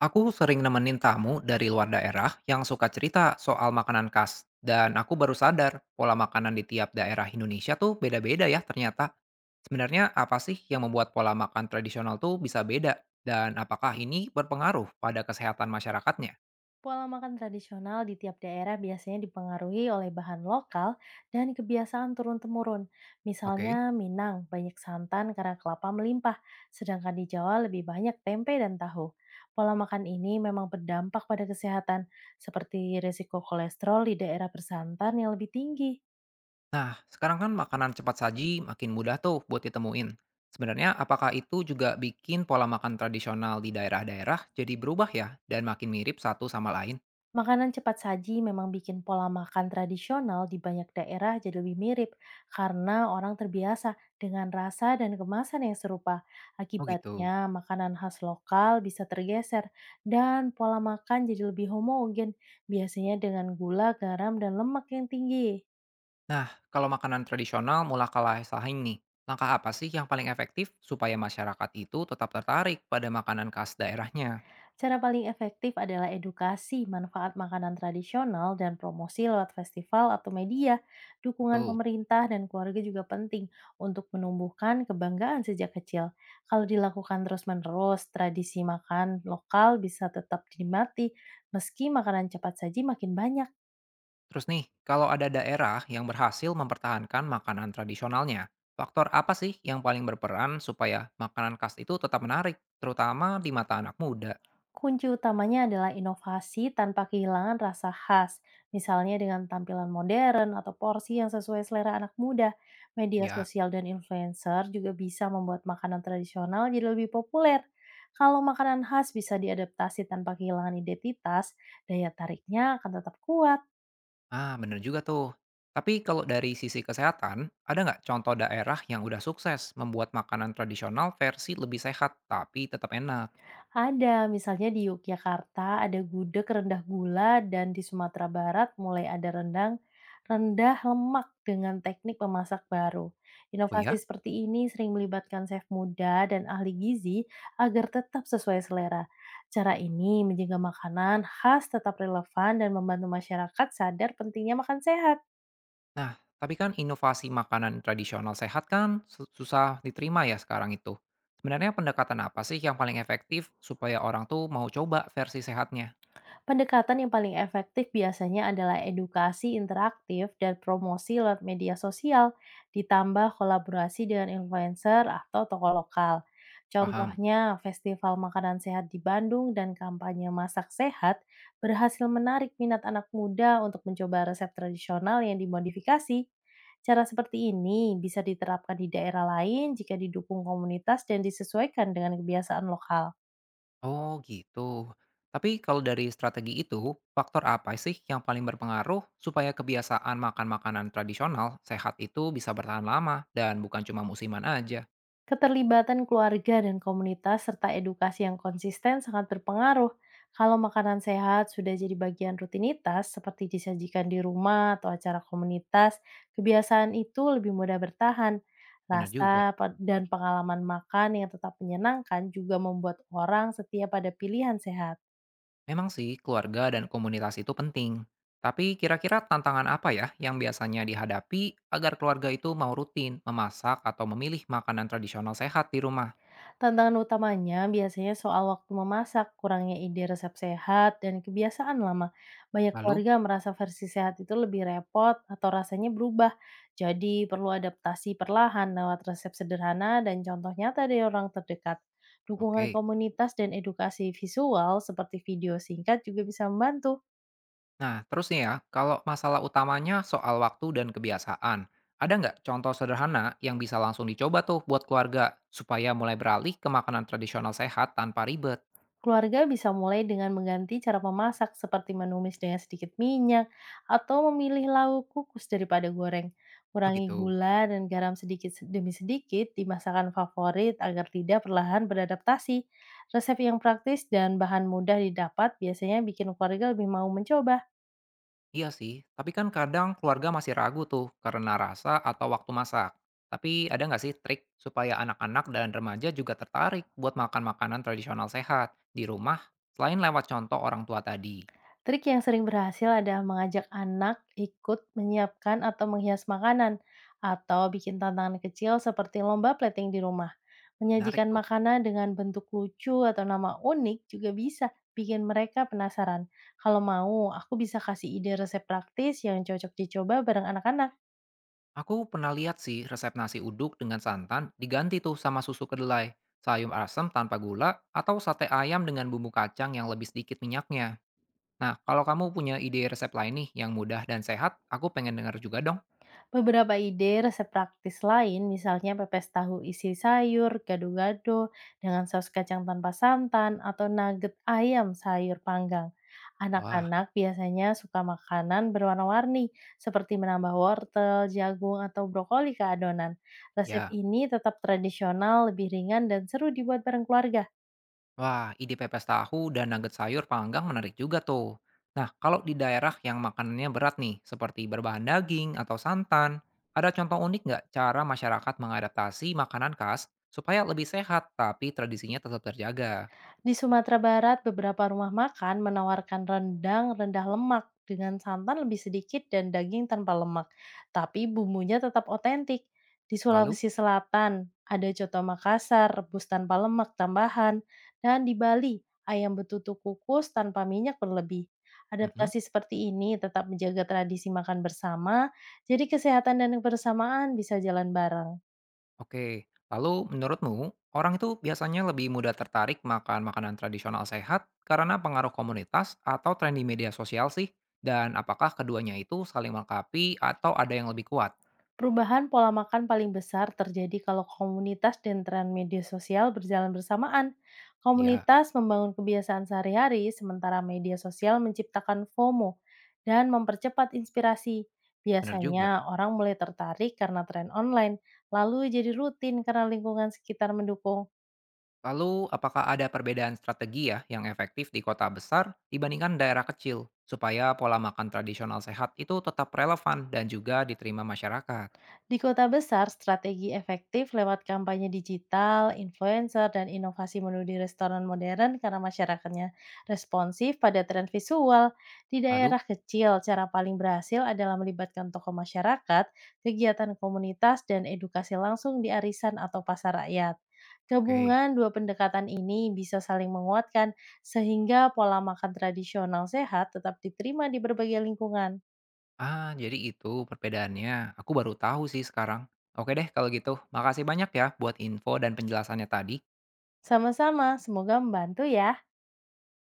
Aku sering nemenin tamu dari luar daerah yang suka cerita soal makanan khas, dan aku baru sadar pola makanan di tiap daerah Indonesia tuh beda-beda ya ternyata. Sebenarnya apa sih yang membuat pola makan tradisional tuh bisa beda, dan apakah ini berpengaruh pada kesehatan masyarakatnya? Pola makan tradisional di tiap daerah biasanya dipengaruhi oleh bahan lokal dan kebiasaan turun-temurun. Misalnya Oke. Minang banyak santan karena kelapa melimpah, sedangkan di Jawa lebih banyak tempe dan tahu. Pola makan ini memang berdampak pada kesehatan, seperti risiko kolesterol di daerah bersantan yang lebih tinggi. Nah, sekarang kan makanan cepat saji makin mudah tuh buat ditemuin. Sebenarnya apakah itu juga bikin pola makan tradisional di daerah-daerah jadi berubah ya, dan makin mirip satu sama lain? Makanan cepat saji memang bikin pola makan tradisional di banyak daerah jadi lebih mirip karena orang terbiasa dengan rasa dan kemasan yang serupa. Oh gitu. Akibatnya, makanan khas lokal bisa tergeser dan pola makan jadi lebih homogen, biasanya dengan gula, garam, dan lemak yang tinggi. Nah, kalau makanan tradisional mulai kalah saing nih, langkah apa sih yang paling efektif supaya masyarakat itu tetap tertarik pada makanan khas daerahnya? Cara paling efektif adalah edukasi manfaat makanan tradisional dan promosi lewat festival atau media. Dukungan Betul. pemerintah dan keluarga juga penting untuk menumbuhkan kebanggaan sejak kecil. Kalau dilakukan terus-menerus, tradisi makan lokal bisa tetap dinikmati meski makanan cepat saji makin banyak. Terus nih, kalau ada daerah yang berhasil mempertahankan makanan tradisionalnya, faktor apa sih yang paling berperan supaya makanan khas itu tetap menarik, terutama di mata anak muda? Kunci utamanya adalah inovasi tanpa kehilangan rasa khas, misalnya dengan tampilan modern atau porsi yang sesuai selera anak muda. Media Ya, sosial dan influencer juga bisa membuat makanan tradisional jadi lebih populer. Kalau makanan khas bisa diadaptasi tanpa kehilangan identitas, daya tariknya akan tetap kuat. ah bener juga tuh. Tapi kalau dari sisi kesehatan, ada nggak contoh daerah yang udah sukses membuat makanan tradisional versi lebih sehat tapi tetap enak? Ada, misalnya di Yogyakarta ada gudeg rendah gula dan di Sumatera Barat mulai ada rendang rendah lemak dengan teknik memasak baru. Oh Inovasi ya? seperti ini sering melibatkan chef muda dan ahli gizi agar tetap sesuai selera. Cara ini menjaga makanan khas tetap relevan dan membantu masyarakat sadar pentingnya makan sehat. Nah, tapi kan inovasi makanan tradisional sehat kan susah diterima ya sekarang itu. Sebenarnya pendekatan apa sih yang paling efektif supaya orang tuh mau coba versi sehatnya? Pendekatan yang paling efektif biasanya adalah edukasi interaktif dan promosi lewat media sosial, ditambah kolaborasi dengan influencer atau tokoh lokal. Paham? Contohnya, festival makanan sehat di Bandung dan kampanye masak sehat berhasil menarik minat anak muda untuk mencoba resep tradisional yang dimodifikasi. Cara seperti ini bisa diterapkan di daerah lain jika didukung komunitas dan disesuaikan dengan kebiasaan lokal. Oh gitu. Tapi kalau dari strategi itu, faktor apa sih yang paling berpengaruh supaya kebiasaan makan makanan tradisional sehat itu bisa bertahan lama dan bukan cuma musiman aja? Keterlibatan keluarga dan komunitas serta edukasi yang konsisten sangat berpengaruh. Kalau makanan sehat sudah jadi bagian rutinitas seperti disajikan di rumah atau acara komunitas, kebiasaan itu lebih mudah bertahan. Bener Rasa juga. pe- dan pengalaman makan yang tetap menyenangkan juga membuat orang setia pada pilihan sehat. Memang sih, keluarga dan komunitas itu penting. Tapi kira-kira tantangan apa ya yang biasanya dihadapi agar keluarga itu mau rutin memasak atau memilih makanan tradisional sehat di rumah? Tantangan utamanya biasanya soal waktu memasak, kurangnya ide resep sehat, dan kebiasaan lama. Banyak Lalu, keluarga merasa versi sehat itu lebih repot atau rasanya berubah. Jadi perlu adaptasi perlahan lewat resep sederhana dan contoh nyata dari orang terdekat. Dukungan oke. komunitas dan edukasi visual seperti video singkat juga bisa membantu. Nah, terus nih ya, kalau masalah utamanya soal waktu dan kebiasaan, ada nggak contoh sederhana yang bisa langsung dicoba tuh buat keluarga supaya mulai beralih ke makanan tradisional sehat tanpa ribet? Keluarga bisa mulai dengan mengganti cara memasak seperti menumis dengan sedikit minyak atau memilih lauk kukus daripada goreng. Oh Kurangi gitu. gula dan garam sedikit demi sedikit di masakan favorit agar lidah perlahan beradaptasi. Resep yang praktis dan bahan mudah didapat biasanya bikin keluarga lebih mau mencoba. Iya sih, tapi kan kadang keluarga masih ragu tuh karena rasa atau waktu masak. Tapi ada nggak sih trik supaya anak-anak dan remaja juga tertarik buat makan makanan tradisional sehat di rumah selain lewat contoh orang tua tadi? Trik yang sering berhasil adalah mengajak anak ikut menyiapkan atau menghias makanan, atau bikin tantangan kecil seperti lomba plating di rumah. Menarik Menyajikan tuh. makanan dengan bentuk lucu atau nama unik juga bisa bikin mereka penasaran. Kalau mau, aku bisa kasih ide resep praktis yang cocok dicoba bareng anak-anak. Aku pernah lihat sih resep nasi uduk dengan santan diganti tuh sama susu kedelai, sayur asem tanpa gula, atau sate ayam dengan bumbu kacang yang lebih sedikit minyaknya. Nah, kalau kamu punya ide resep lain nih yang mudah dan sehat, aku pengen dengar juga dong. Beberapa ide resep praktis lain, misalnya pepes tahu isi sayur, gado-gado, dengan saus kacang tanpa santan, atau nugget ayam sayur panggang. Wah, Anak-anak biasanya suka makanan berwarna-warni, seperti menambah wortel, jagung, atau brokoli ke adonan. Resep ya. ini tetap tradisional, lebih ringan, dan seru dibuat bareng keluarga. Wah, ide pepes tahu dan nugget sayur panggang menarik juga tuh. Nah, kalau di daerah yang makanannya berat nih, seperti berbahan daging atau santan, ada contoh unik nggak cara masyarakat mengadaptasi makanan khas supaya lebih sehat tapi tradisinya tetap terjaga? Di Sumatera Barat, beberapa rumah makan menawarkan rendang rendah lemak dengan santan lebih sedikit dan daging tanpa lemak, tapi bumbunya tetap otentik. Di Lalu, Sulawesi Selatan, ada coto Makassar rebus tanpa lemak tambahan, dan di Bali, ayam betutu kukus tanpa minyak berlebih. mhm, Adaptasi seperti ini tetap menjaga tradisi makan bersama, jadi kesehatan dan kebersamaan bisa jalan bareng. oke. Lalu menurutmu, orang itu biasanya lebih mudah tertarik makan makanan tradisional sehat karena pengaruh komunitas atau tren di media sosial sih? Dan apakah keduanya itu saling melengkapi atau ada yang lebih kuat? Perubahan pola makan paling besar terjadi kalau komunitas dan tren media sosial berjalan bersamaan. Ya. Komunitas membangun kebiasaan sehari-hari, sementara media sosial menciptakan FOMO dan mempercepat inspirasi. Benar juga. Biasanya orang mulai tertarik karena tren online, lalu jadi rutin karena lingkungan sekitar mendukung. Lalu, apakah ada perbedaan strategi ya yang efektif di kota besar dibandingkan daerah kecil supaya pola makan tradisional sehat itu tetap relevan dan juga diterima masyarakat? Di kota besar, strategi efektif lewat kampanye digital, influencer, dan inovasi menu di restoran modern karena masyarakatnya responsif pada tren visual. Di Lalu, daerah kecil, cara paling berhasil adalah melibatkan tokoh masyarakat, kegiatan komunitas, dan edukasi langsung di arisan atau pasar rakyat. oke. Gabungan dua pendekatan ini bisa saling menguatkan sehingga pola makan tradisional sehat tetap diterima di berbagai lingkungan. Ah, jadi itu perbedaannya. Aku baru tahu sih sekarang. Oke deh kalau gitu. Makasih banyak ya buat info dan penjelasannya tadi. Sama-sama, semoga membantu ya.